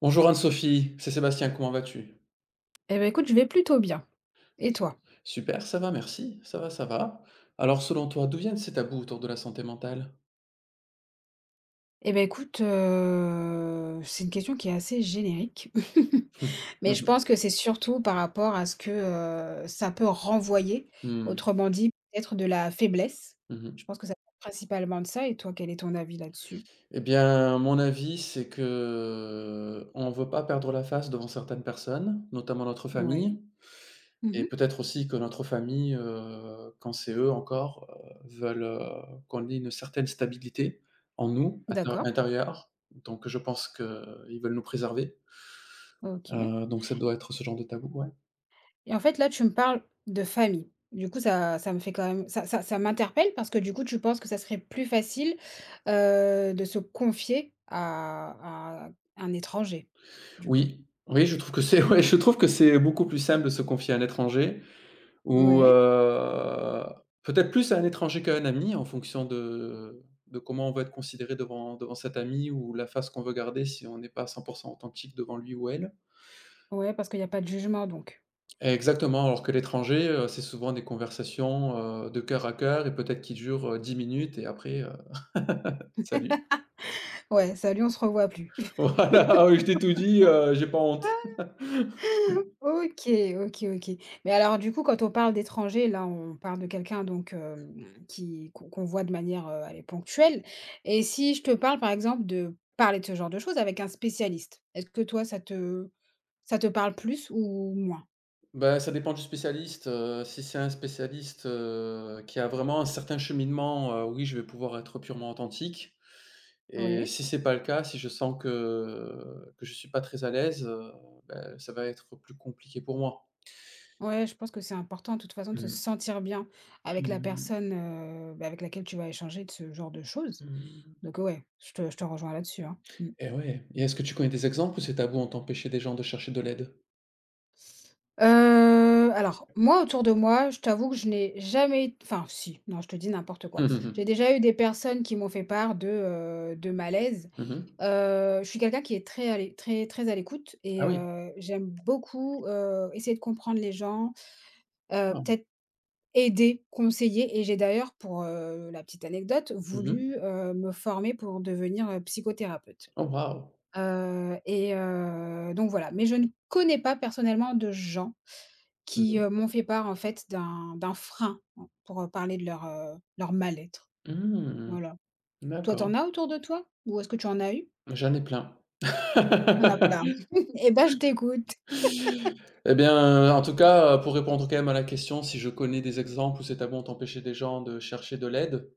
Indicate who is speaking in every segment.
Speaker 1: Bonjour Anne-Sophie, c'est Sébastien, comment vas-tu?
Speaker 2: Eh ben écoute, je vais plutôt bien. Et toi?
Speaker 1: Super, ça va, merci, ça va, ça va. Alors selon toi, d'où viennent ces tabous autour de la santé mentale?
Speaker 2: Eh ben écoute, c'est une question qui est assez générique,
Speaker 1: Mmh
Speaker 2: mais je
Speaker 1: mh.
Speaker 2: pense que c'est surtout par rapport à ce que, ça peut renvoyer.
Speaker 1: Mmh.
Speaker 2: Autrement dit, peut-être de la faiblesse. Je
Speaker 1: Mmh
Speaker 2: pense que ça vient principalement de ça et toi, quel est ton avis là-dessus?
Speaker 1: Eh bien, mon avis, c'est que on ne veut pas perdre la face devant certaines personnes, notamment notre
Speaker 2: Ouais.
Speaker 1: famille et
Speaker 2: Mmh.
Speaker 1: peut-être aussi que notre famille, quand c'est eux encore, veulent, qu'on ait une certaine stabilité en nous, inté
Speaker 2: D'accord.
Speaker 1: intérieure. Donc je pense qu'ils veulent nous préserver.
Speaker 2: OK.
Speaker 1: Donc ça doit être ce genre de tabou, ouais.
Speaker 2: Et en fait, là, tu me parles de famille. Du coup, ça me fait quand même ça m'interpelle parce que, du coup, tu penses que ça serait plus facile, de se confier à un étranger, du coup?
Speaker 1: Oui, oui, je trouve que c'est ouais, je trouve que c'est beaucoup plus simple de se confier à un étranger ou,
Speaker 2: Ouais,
Speaker 1: peut-être plus à un étranger qu'à un ami en fonction de comment on veut être considéré devant cet ami ou la face qu'on veut garder si on n'est pas 100% authentique devant lui ou elle.
Speaker 2: ouais, parce qu'il y a pas de jugement donc?
Speaker 1: Exactement, alors que l'étranger, c'est souvent des conversations, de cœur à cœur et peut-être qui durent, 10 minutes et après, salut.
Speaker 2: Ouais, salut, on se revoit plus.
Speaker 1: Voilà, ah oui, je t'ai tout dit, j'ai pas honte.
Speaker 2: OK, OK, OK. Mais alors du coup, quand on parle d'étranger, là, on parle de quelqu'un donc qui qu'on qu'on voit de manière, allez, ponctuelle et si je te parle, par exemple, de parler de ce genre de choses avec un spécialiste, est-ce que toi, ça te parle plus ou moins?
Speaker 1: Ben ça dépend du spécialiste, si c'est un spécialiste, qui a vraiment un certain cheminement, oui, je vais pouvoir être purement authentique et
Speaker 2: Ouais.
Speaker 1: si c'est pas le cas, si je sens que je suis pas très à l'aise, bah, ça va être plus compliqué pour moi.
Speaker 2: Ouais, je pense que c'est important de toute façon de se
Speaker 1: Mmh.
Speaker 2: sentir bien avec la
Speaker 1: Mmh
Speaker 2: personne, bah, avec laquelle tu vas échanger de ce genre de choses.
Speaker 1: mh
Speaker 2: Donc ouais, je te rejoins là-dessus, hein. Mmh.
Speaker 1: et ouais et est-ce que tu connais des exemples où ces tabous ont empêché des gens de chercher de l'aide?
Speaker 2: Alors moi, autour de moi, je t'avoue que je n'ai jamais enfin si, non, je te dis n'importe quoi.
Speaker 1: Mmh mh
Speaker 2: J'ai
Speaker 1: mh.
Speaker 2: déjà eu des personnes qui m'ont fait part de malaise.
Speaker 1: Mmh
Speaker 2: Je suis quelqu'un qui est très à l'é très très à l'écoute et
Speaker 1: Ah oui,
Speaker 2: j'aime beaucoup, essayer de comprendre les gens,
Speaker 1: waouh.
Speaker 2: peut-être aider, conseiller et j'ai d'ailleurs pour, la petite anecdote,
Speaker 1: Mmh
Speaker 2: voulu, me former pour devenir, psychothérapeute.
Speaker 1: Oh wow.
Speaker 2: Et donc voilà, mais je ne connais pas personnellement de gens
Speaker 1: Mmh
Speaker 2: qui,
Speaker 1: mh.
Speaker 2: m'ont fait part en fait d'un frein, en pour, parler de leur mal-être,
Speaker 1: Mmh.
Speaker 2: voilà. Toi,
Speaker 1: D'accord.
Speaker 2: t'en as autour de toi? Ou est-ce que tu en as eu?
Speaker 1: J'en ai plein.
Speaker 2: On en a plein. Et ben, je t'écoute.
Speaker 1: Eh bien, en tout cas, pour répondre quand même à la question, si je connais des exemples où c'est à bon d'empêcher des gens de chercher de l'aide,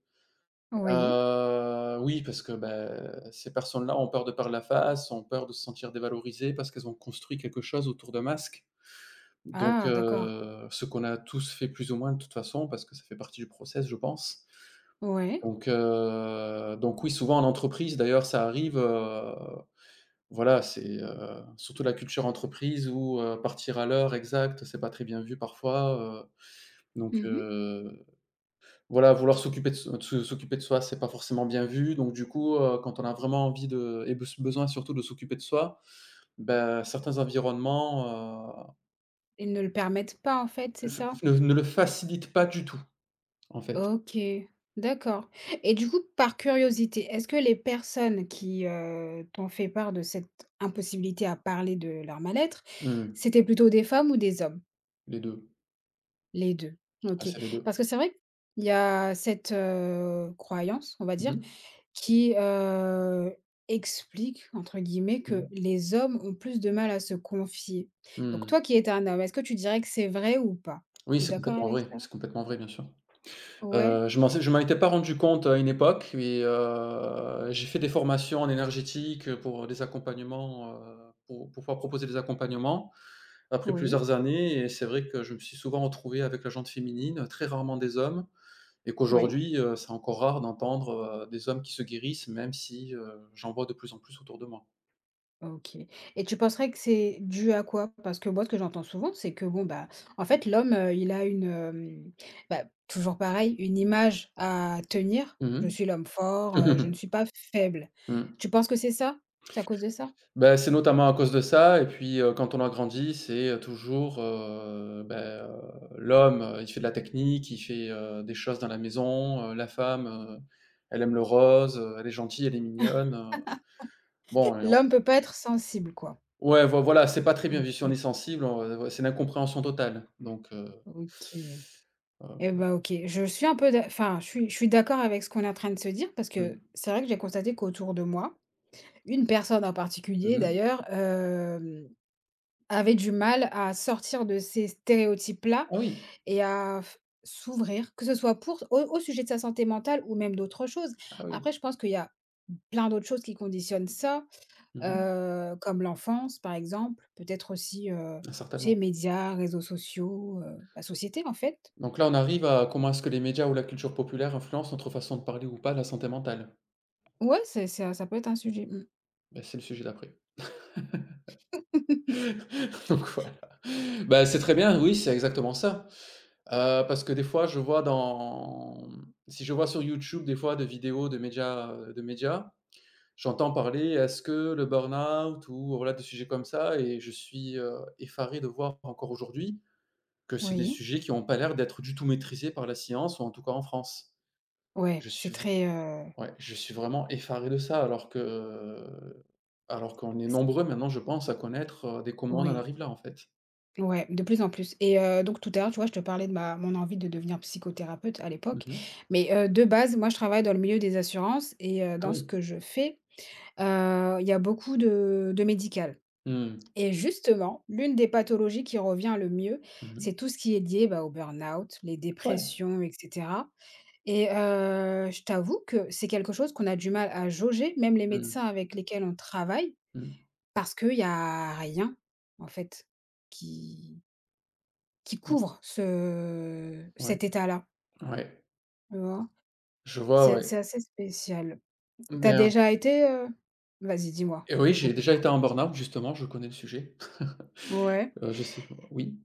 Speaker 2: Oui.
Speaker 1: oui, parce que, bah, ces personnes-là ont peur de perdre la face, ont peur de se sentir dévalorisées parce qu'elles ont construit quelque chose autour d'un masque. Donc,
Speaker 2: Ah, d'accord.
Speaker 1: ce qu'on a tous fait plus ou moins de toute façon parce que ça fait partie du process, je pense.
Speaker 2: Ouais.
Speaker 1: Donc oui, souvent en entreprise d'ailleurs ça arrive, voilà, c'est, surtout la culture entreprise où, partir à l'heure exacte, c'est pas très bien vu parfois, donc
Speaker 2: Mmh.
Speaker 1: voilà, vouloir s'occuper de s de se s'occuper de soi, c'est pas forcément bien vu, donc du coup, quand on a vraiment envie de et besoin surtout de s'occuper de soi, bah, certains environnements,
Speaker 2: Ils ne le permettent pas en fait, c'est
Speaker 1: f
Speaker 2: ça?
Speaker 1: ne le facilitent pas du tout, en fait.
Speaker 2: OK, d'accord. Et du coup, par curiosité, est-ce que les personnes qui, t'ont fait part de cette impossibilité à parler de leur mal-être,
Speaker 1: Mmh,
Speaker 2: c'était plutôt des femmes ou des hommes?
Speaker 1: les 2,
Speaker 2: Les 2,
Speaker 1: Ah,
Speaker 2: OK.
Speaker 1: c'est les 2.
Speaker 2: Parce que c'est vrai qu'il y a cette, croyance, on va dire,
Speaker 1: Mmh mh.
Speaker 2: qui, explique entre guillemets que
Speaker 1: Mmh
Speaker 2: les hommes ont plus de mal à se confier. Donc
Speaker 1: Mmh.
Speaker 2: toi qui es un homme, est-ce que tu dirais que c'est vrai ou pas?
Speaker 1: Oui,
Speaker 2: Tu es d'accord avec ça?
Speaker 1: c'est complètement vrai, bien sûr.
Speaker 2: Ouais,
Speaker 1: Je m'en étais pas rendu compte à une époque et j'ai fait des formations en énergétique, pour des accompagnements, pour pouvoir proposer des accompagnements après
Speaker 2: oui,
Speaker 1: plusieurs années et c'est vrai que je me suis souvent retrouvé avec la jante féminine, très rarement des hommes et
Speaker 2: oui.
Speaker 1: qu'aujourd'hui, c'est encore rare d'entendre, des hommes qui se guérissent, même si, j'en vois de plus en plus autour de moi.
Speaker 2: OK, et tu penserais que c'est dû à quoi? Parce que moi, ce que j'entends souvent, c'est que, bon, bah, en fait, l'homme, il a une, bah, toujours pareil, une image à tenir. «Je
Speaker 1: Mmh
Speaker 2: suis l'homme fort, je ne
Speaker 1: mh.
Speaker 2: suis pas faible». Tu penses que c'est ça? C'est à cause de ça?
Speaker 1: Bah, c'est notamment à cause de ça et puis, quand on a grandi, c'est, toujours, l'homme, il fait de la technique, il fait, des choses dans la maison, la femme, elle aime le rose, elle est gentille, elle est mignonne, bon et on
Speaker 2: L'homme peut pas être sensible, quoi,
Speaker 1: ouais, voilà, c'est pas très bien
Speaker 2: en
Speaker 1: vu. Si on est
Speaker 2: fait?
Speaker 1: sensible, on, c'est l'incompréhension totale donc
Speaker 2: OK, et
Speaker 1: heu,
Speaker 2: ben OK. Je suis un peu d'ac enfin, je suis d'accord avec ce qu'on est en train de se dire parce que
Speaker 1: mmh.
Speaker 2: c'est vrai que j'ai constaté qu'autour de moi, une personne en particulier
Speaker 1: Mmh
Speaker 2: d'ailleurs, euh, avait du mal à sortir de ces stéréotypes-là
Speaker 1: Ah oui,
Speaker 2: et à f s'ouvrir, que ce soit pour au sujet de sa santé mentale ou même d'autres choses.
Speaker 1: ah oui.
Speaker 2: Après, je pense qu'il y a plein d'autres choses qui conditionnent ça,
Speaker 1: Mmh
Speaker 2: comme l'enfance, par exemple, peut-être aussi, tu sais,
Speaker 1: Certainement.
Speaker 2: médias, réseaux sociaux, la société, en fait.
Speaker 1: Donc là, on arrive à comment est-ce que les médias ou la culture populaire influencent notre façon de parler ou pas de la santé mentale?
Speaker 2: Ouais, c'est ça, ça peut être un sujet.
Speaker 1: Bah, c'est le sujet d'après. Donc voilà. Bah, c'est très bien, oui, c'est exactement ça. Parce que des fois, je vois dans si je vois sur YouTube des fois de vidéos de médias, j'entends parler: «Est-ce que le burn-out?» ou voilà, des sujets comme ça et je suis, effaré de voir encore aujourd'hui que c'est des
Speaker 2: Oui,
Speaker 1: sujets qui ont pas l'air d'être du tout maîtrisés par la science ou en tout cas en France.
Speaker 2: ouais,
Speaker 1: Je
Speaker 2: c'est
Speaker 1: suis v
Speaker 2: très,
Speaker 1: ouais, je suis vraiment effaré de ça alors qu'on est
Speaker 2: c
Speaker 1: nombreux maintenant, je pense, à connaître, dès comment on en
Speaker 2: oui.
Speaker 1: arrive là, en fait.
Speaker 2: Ouais, de plus en plus et donc tout à l'heure, tu vois, je te parlais de ma mon envie de devenir psychothérapeute à l'époque,
Speaker 1: Mmh
Speaker 2: mais de base, moi, je travaille dans le milieu des assurances et
Speaker 1: Ah
Speaker 2: dans ce
Speaker 1: oui.
Speaker 2: que je fais, il y a beaucoup de médical
Speaker 1: Mmh.
Speaker 2: et justement, l'une des pathologies qui revient le mieux,
Speaker 1: Mmh.
Speaker 2: c'est tout ce qui est lié, bah, au burn-out, les
Speaker 1: Ouais.
Speaker 2: dépressions et cetera et je t'avoue que c'est quelque chose qu'on a du mal à jauger, même les
Speaker 1: Mmh.
Speaker 2: médecins avec lesquels on travaille,
Speaker 1: Mmh.
Speaker 2: parce qu'il y a rien, en fait, qui qui
Speaker 1: Mmh.
Speaker 2: couvre ce
Speaker 1: Ouais,
Speaker 2: cet état-là,
Speaker 1: ouais,
Speaker 2: tu vois?
Speaker 1: je vois,
Speaker 2: C'est
Speaker 1: ouais.
Speaker 2: assez spécial. Tu as
Speaker 1: Bien
Speaker 2: déjà été, vas-y, dis-moi,
Speaker 1: et
Speaker 2: je
Speaker 1: oui,
Speaker 2: t'ai
Speaker 1: j'ai
Speaker 2: coupée,
Speaker 1: déjà été
Speaker 2: pardon.
Speaker 1: en burn-out justement, je connais le sujet.
Speaker 2: Ouais,
Speaker 1: Je sais p oui.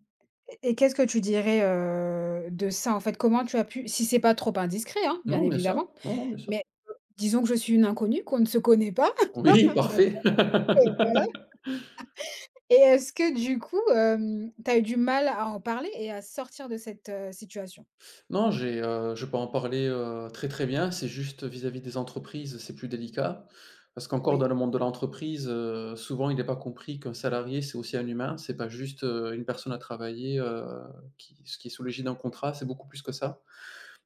Speaker 2: et qu'est-ce que tu dirais, de ça, en fait? Comment tu as pu si c'est pas trop indiscret, hein, bien
Speaker 1: Non, bien sûr.
Speaker 2: évidemment,
Speaker 1: Non, non, bien sûr.
Speaker 2: mais disons que je suis une inconnue, qu'on ne se connaît pas,
Speaker 1: Oui,
Speaker 2: donc
Speaker 1: parfait.
Speaker 2: voilà et est-ce que du coup, tu as eu du mal à en parler et à sortir de cette, situation?
Speaker 1: Non, j'ai, je peux en parler, très, très bien. C'est juste vis-à-vis des entreprises, c'est plus délicat parce qu'encore dans
Speaker 2: Oui,
Speaker 1: le monde de l'entreprise, souvent il n'est pas compris qu'un salarié, c'est aussi un humain. C'est pas juste, une personne à travailler, qui est sous l'égide d'un contrat, c'est beaucoup plus que ça.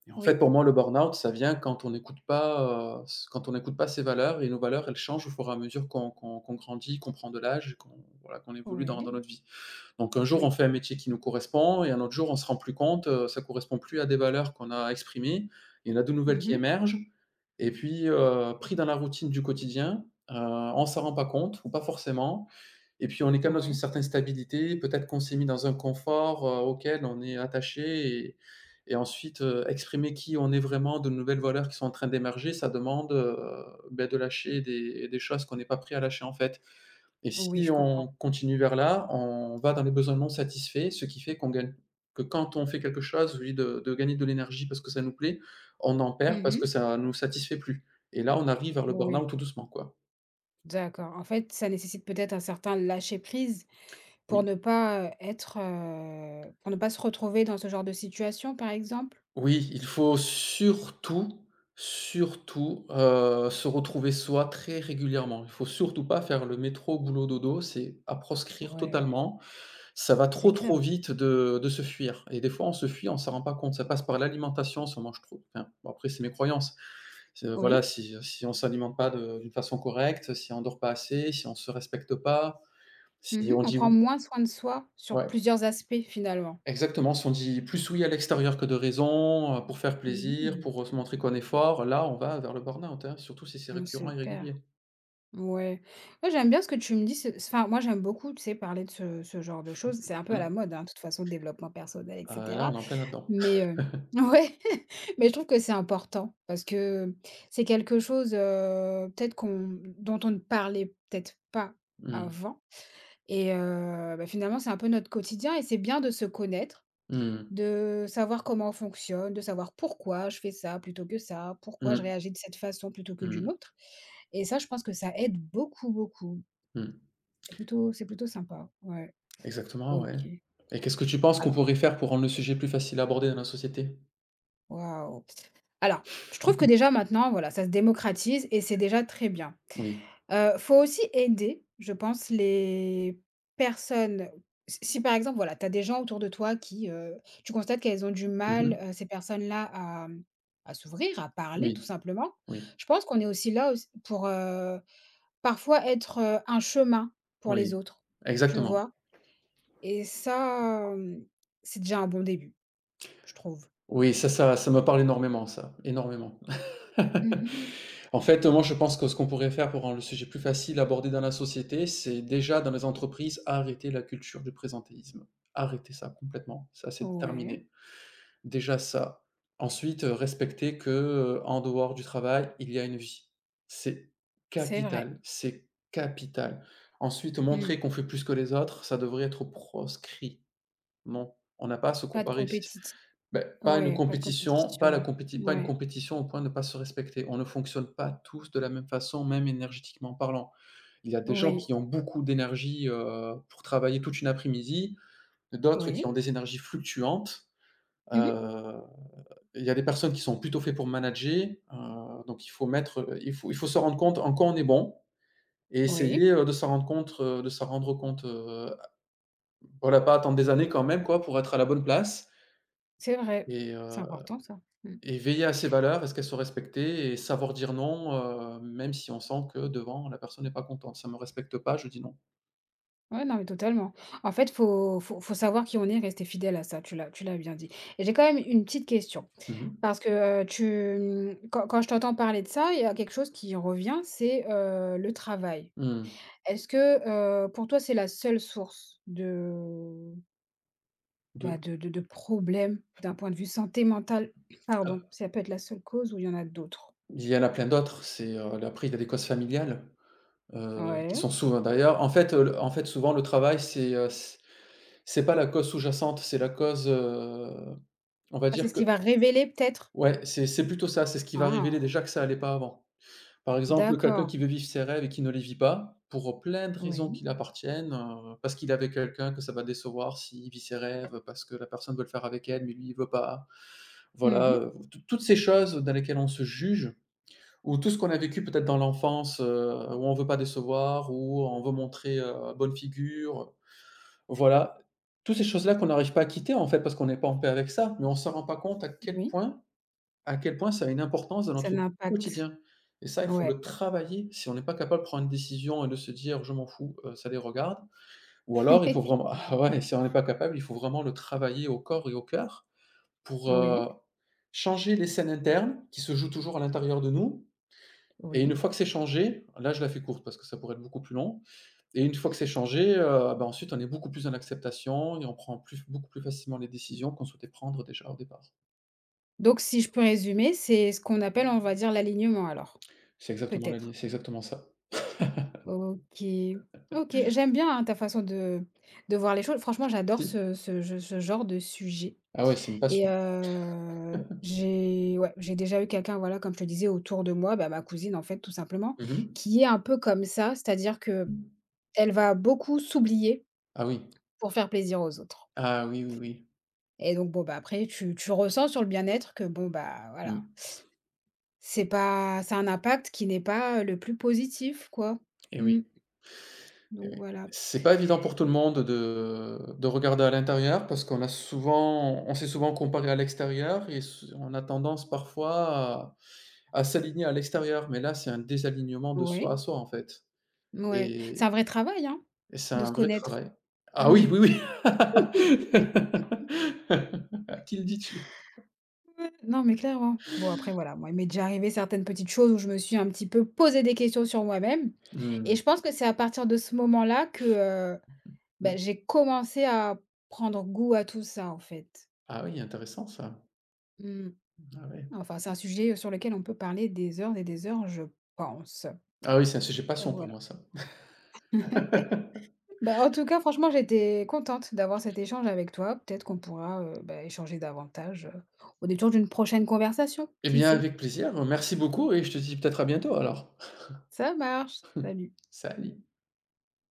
Speaker 1: Et en fait,
Speaker 2: oui,
Speaker 1: pour moi, le burn-out, ça vient quand on n'écoute pas, s quand on n'écoute pas ses valeurs et nos valeurs, elles changent au fur et à mesure qu'on grandit, qu'on prend de l'âge, qu'on voilà, qu'on évolue dans
Speaker 2: ouais,
Speaker 1: dans notre vie. Donc un jour, on
Speaker 2: oui.
Speaker 1: fait un métier qui nous correspond et un autre jour, on se rend plus compte, ça correspond plus à des valeurs qu'on a exprimées. Il y en a de nouvelles
Speaker 2: Mmh
Speaker 1: qui
Speaker 2: mh.
Speaker 1: émergent et puis, pris dans la routine du quotidien, on s'en rend pas compte ou pas forcément et puis on est quand même dans une
Speaker 2: Ouais.
Speaker 1: certaine stabilité, peut-être qu'on s'est mis dans un confort, auquel on est attaché et ensuite, exprimer qui on est vraiment, de nouvelles valeurs qui sont en train d'émerger, ça demande, beh, de lâcher des choses qu'on n'est pas prêt à lâcher, en fait. Et
Speaker 2: Oui,
Speaker 1: si
Speaker 2: je
Speaker 1: on
Speaker 2: comprends.
Speaker 1: continue vers là, on va dans les besoins non satisfaits, ce qui fait qu'on gagne que quand on fait quelque chose, au lieu de gagner de l'énergie parce que ça nous plaît, on en perd
Speaker 2: Mmh
Speaker 1: parce que
Speaker 2: mh.
Speaker 1: ça nous satisfait plus. Et là, on arrive vers le burn-out
Speaker 2: Oui,
Speaker 1: tout doucement, quoi.
Speaker 2: d'accord. En fait, ça nécessite peut-être un certain lâcher-prise pour
Speaker 1: Oui.
Speaker 2: ne pas, être, pour ne pas se retrouver dans ce genre de situation, par exemple?
Speaker 1: Oui, il faut surtout, surtout, se retrouver soi très régulièrement. Il faut surtout pas faire le métro boulot dodo, c'est à proscrire
Speaker 2: Ouais,
Speaker 1: totalement. Ça va
Speaker 2: c'est
Speaker 1: trop,
Speaker 2: clair.
Speaker 1: trop vite de se fuir et des fois on se fuit, on s'en rend pas compte. Ça passe par l'alimentation, si on mange trop enfin, bon après c'est mes croyances. C'est voilà,
Speaker 2: Oui.
Speaker 1: si, si on s'alimente pas de d'une façon correcte, si on dort pas assez, si on se respecte pas, si
Speaker 2: Mmh.
Speaker 1: on
Speaker 2: On
Speaker 1: dit
Speaker 2: prend
Speaker 1: ou
Speaker 2: moins soin de soi sur
Speaker 1: ouais.
Speaker 2: plusieurs aspects, finalement.
Speaker 1: Exactement, si on dit plus oui à l'extérieur que de raison, pour faire plaisir,
Speaker 2: Mmh.
Speaker 1: pour, se montrer qu'on est fort, là, on va vers le burn-out, hein, surtout si c'est
Speaker 2: On se
Speaker 1: récurrent et
Speaker 2: perd.
Speaker 1: régulier.
Speaker 2: Ouais. Moi j'aime bien ce que tu me dis, c'est enfin, moi, j'aime beaucoup, tu sais, parler de ce genre de choses. C'est un peu à la
Speaker 1: Mmh.
Speaker 2: mode, hein, de toute façon, le développement personnel et
Speaker 1: Ah là, on
Speaker 2: cetera.
Speaker 1: est en plein là-dedans.
Speaker 2: Mais ouais, mais je trouve que c'est important parce que c'est quelque chose, peut-être qu'on dont on ne parlait peut-être pas
Speaker 1: Mmh.
Speaker 2: avant et bah, finalement, c'est un peu notre quotidien et c'est bien de se connaître,
Speaker 1: Mmh.
Speaker 2: de savoir comment on fonctionne, de savoir pourquoi je fais ça plutôt que ça, pourquoi je
Speaker 1: Mmh.
Speaker 2: réagis de cette façon plutôt que
Speaker 1: Mmh.
Speaker 2: d'une autre et ça, je pense que ça aide beaucoup, beaucoup.
Speaker 1: Mmh.
Speaker 2: C'est plutôt sympa. Ouais,
Speaker 1: Exactement, ouais.
Speaker 2: OK.
Speaker 1: Et qu'est-ce que tu penses qu'on
Speaker 2: Alors,
Speaker 1: pourrait faire pour rendre le sujet plus facile à aborder dans la société?
Speaker 2: waouh! Alors, je trouve que déjà maintenant, voilà, ça se démocratise et c'est déjà très bien.
Speaker 1: Oui.
Speaker 2: Faut aussi aider, je pense, les personnes si par exemple, voilà, tu as des gens autour de toi qui, tu constates qu'elles ont du mal,
Speaker 1: Mmh
Speaker 2: ces personnes-là à s'ouvrir, à parler tout
Speaker 1: Oui.
Speaker 2: simplement.
Speaker 1: Oui.
Speaker 2: Je pense qu'on est aussi là auss pour, parfois être, un chemin pour les
Speaker 1: Oui.
Speaker 2: autres, tu
Speaker 1: Exactement.
Speaker 2: vois? Et ça, c'est déjà un bon début, je trouve.
Speaker 1: Oui, ça me parle énormément ça, énormément.
Speaker 2: Mmh.
Speaker 1: En fait, moi, je pense que ce qu'on pourrait faire pour rendre le sujet plus facile à aborder dans la société, c'est déjà dans les entreprises, arrêter la culture du présentéisme. Arrêter ça complètement, ça c'est
Speaker 2: Ouais,
Speaker 1: terminé. Déjà ça. Ensuite, respecter que, en dehors du travail, il y a une vie. C'est
Speaker 2: c'est vrai.
Speaker 1: capital, c'est capital. Ensuite,
Speaker 2: Mmh.
Speaker 1: montrer qu'on fait plus que les autres, ça devrait être proscrit. Non, on n'a pas à se
Speaker 2: Pas de
Speaker 1: comparer.
Speaker 2: compétiti
Speaker 1: Beh, pas une
Speaker 2: ouais, pas de
Speaker 1: compétition,
Speaker 2: compétition.
Speaker 1: pas une
Speaker 2: Ouais,
Speaker 1: compétition au point de ne pas se respecter. On ne fonctionne pas tous de la même façon, même énergétiquement parlant. Il y a des gens
Speaker 2: oui,
Speaker 1: qui ont beaucoup d'énergie, pour travailler toute une après-midi, d'autres qui ont
Speaker 2: oui.
Speaker 1: des énergies fluctuantes.
Speaker 2: Mmh.
Speaker 1: Heu, il y a des personnes qui sont plutôt faites pour manager, donc il faut mettre, il faut se rendre compte en quoi on est bon et
Speaker 2: Oui,
Speaker 1: essayer, de s'en rendre compte, voilà, pas attendre des années quand même quoi pour être à la bonne place
Speaker 2: c'est vrai.
Speaker 1: et
Speaker 2: C'est important ça. Mmh.
Speaker 1: et veiller à ses valeurs, est-ce qu'elles sont respectées? Et savoir dire non, même si on sent que devant la personne n'est pas contente. «Ça me respecte pas, je dis non».
Speaker 2: Ouais, non, mais totalement. En fait, faut savoir qui on est, rester fidèle à ça, tu l'as bien dit. Et j'ai quand même une petite question
Speaker 1: Mmh mh.
Speaker 2: parce que, heu, tu, mmh, quand je t'entends parler de ça, il y a quelque chose qui revient, c'est, le travail.
Speaker 1: Mmh.
Speaker 2: Est-ce que, pour toi, c'est la seule source de.
Speaker 1: De
Speaker 2: Bah, de problèmes d'un point de vue santé mentale,
Speaker 1: heu,
Speaker 2: pardon, ça peut être la seule cause ou il y en a d'autres?
Speaker 1: il y en a plein d'autres, c'est, là après il y a des causes familiales, qui
Speaker 2: Ouais.
Speaker 1: sont souvent d'ailleurs en fait, le en fait souvent le travail c'est, c'est pas la cause sous-jacente, c'est la cause, on va
Speaker 2: Ah, c'est
Speaker 1: dire
Speaker 2: ce
Speaker 1: que
Speaker 2: qui va révéler peut-être?
Speaker 1: ouais, c'est plutôt ça, c'est ce qui va révéler
Speaker 2: Ah,
Speaker 1: déjà que ça allait pas avant. Par exemple, quelqu'un
Speaker 2: d'accord.
Speaker 1: qui veut vivre ses rêves et qui ne les vit pas, pour plein de raisons
Speaker 2: Oui.
Speaker 1: qui l'appartiennent, parce qu'il est avec quelqu'un, que ça va décevoir s'il vit ses rêves, parce que la personne veut le faire avec elle, mais lui, il veut pas. Voilà,
Speaker 2: Mmh.
Speaker 1: toutes ces choses dans lesquelles on se juge, ou tout ce qu'on a vécu peut-être dans l'enfance, où on veut pas décevoir, où on veut montrer, bonne figure, voilà. Toutes ces choses-là qu'on n'arrive pas à quitter, en fait, parce qu'on n'est pas en paix avec ça, mais on ne se rend pas compte
Speaker 2: Oui,
Speaker 1: à quel point ça a une importance dans
Speaker 2: ça a un
Speaker 1: notre
Speaker 2: impact.
Speaker 1: quotidien et ça, il faut le
Speaker 2: Ouais.
Speaker 1: travailler si on n'est pas capable de prendre une décision et de se dire: «Je m'en fous, ça les regarde» ou alors il faut vraiment ah ouais, si on n'est pas capable, il faut vraiment le travailler au corps et au cœur pour,
Speaker 2: Oui,
Speaker 1: changer les scènes internes qui se jouent toujours à l'intérieur de nous et une
Speaker 2: oui.
Speaker 1: fois que c'est changé, là, je la fais courte parce que ça pourrait être beaucoup plus long et une fois que c'est changé, bah, ensuite on est beaucoup plus dans l'acceptation et on prend plus beaucoup plus facilement les décisions qu'on souhaitait prendre déjà au départ.
Speaker 2: Donc si je peux résumer, c'est ce qu'on appelle, on va dire, l'alignement alors?
Speaker 1: C'est exactement la vie,
Speaker 2: Peut-être.
Speaker 1: c'est exactement ça.
Speaker 2: OK. OK, j'aime bien, hein, ta façon de voir les choses. Franchement, j'adore
Speaker 1: Merci.
Speaker 2: ce genre de sujet.
Speaker 1: Ah ouais, c'est une passion.
Speaker 2: Et j'ai ouais, j'ai déjà eu quelqu'un, voilà, comme je te disais autour de moi, bah, ma cousine, en fait, tout simplement,
Speaker 1: Mmh
Speaker 2: qui est un peu comme ça, c'est-à-dire que elle va beaucoup s'oublier
Speaker 1: Ah oui.
Speaker 2: pour faire plaisir aux autres.
Speaker 1: Ah oui, oui, oui.
Speaker 2: Et donc bon, bah, après tu ressens sur le bien-être que bon, bah, voilà,
Speaker 1: Mmh.
Speaker 2: c'est un impact qui n'est pas, le plus positif, quoi.
Speaker 1: Et
Speaker 2: Mmh,
Speaker 1: oui, et
Speaker 2: donc
Speaker 1: oui.
Speaker 2: voilà.
Speaker 1: C'est pas évident pour tout le monde de regarder à l'intérieur parce qu'on a souvent on s'est souvent comparé à l'extérieur et s on a tendance parfois à s'aligner à l'extérieur, mais là, c'est un désalignement de soi
Speaker 2: Ouais,
Speaker 1: à soi, en fait
Speaker 2: ouais, c'est
Speaker 1: et
Speaker 2: un vrai travail, hein,
Speaker 1: et c'est
Speaker 2: de se
Speaker 1: un vrai
Speaker 2: connaître.
Speaker 1: travail. Ah
Speaker 2: Mmh.
Speaker 1: oui, oui, oui. À qui le dis-tu?
Speaker 2: Ouais, non, mais clairement. Bon, après, voilà, moi, il m'est déjà arrivé certaines petites choses où je me suis un petit peu posé des questions sur moi-même. Et
Speaker 1: Mmh
Speaker 2: je pense que c'est à partir de ce moment-là que
Speaker 1: mh.
Speaker 2: bah, j'ai commencé à prendre goût à tout ça, en fait.
Speaker 1: Ah oui, intéressant ça.
Speaker 2: Mm.
Speaker 1: Ah ouais.
Speaker 2: Enfin, c'est un sujet sur lequel on peut parler des heures et des heures, je pense.
Speaker 1: Ah oui, c'est un sujet
Speaker 2: Donc,
Speaker 1: passion pour
Speaker 2: voilà.
Speaker 1: moi ça.
Speaker 2: Bah, en tout cas, franchement, j'étais contente d'avoir cet échange avec toi. Peut-être qu'on pourra bah, échanger davantage au détour d'une prochaine conversation.
Speaker 1: Eh
Speaker 2: Qui
Speaker 1: bien,
Speaker 2: sait?
Speaker 1: avec plaisir, merci beaucoup et je te dis peut-être à bientôt alors.
Speaker 2: Ça marche. Salut.
Speaker 1: Salut.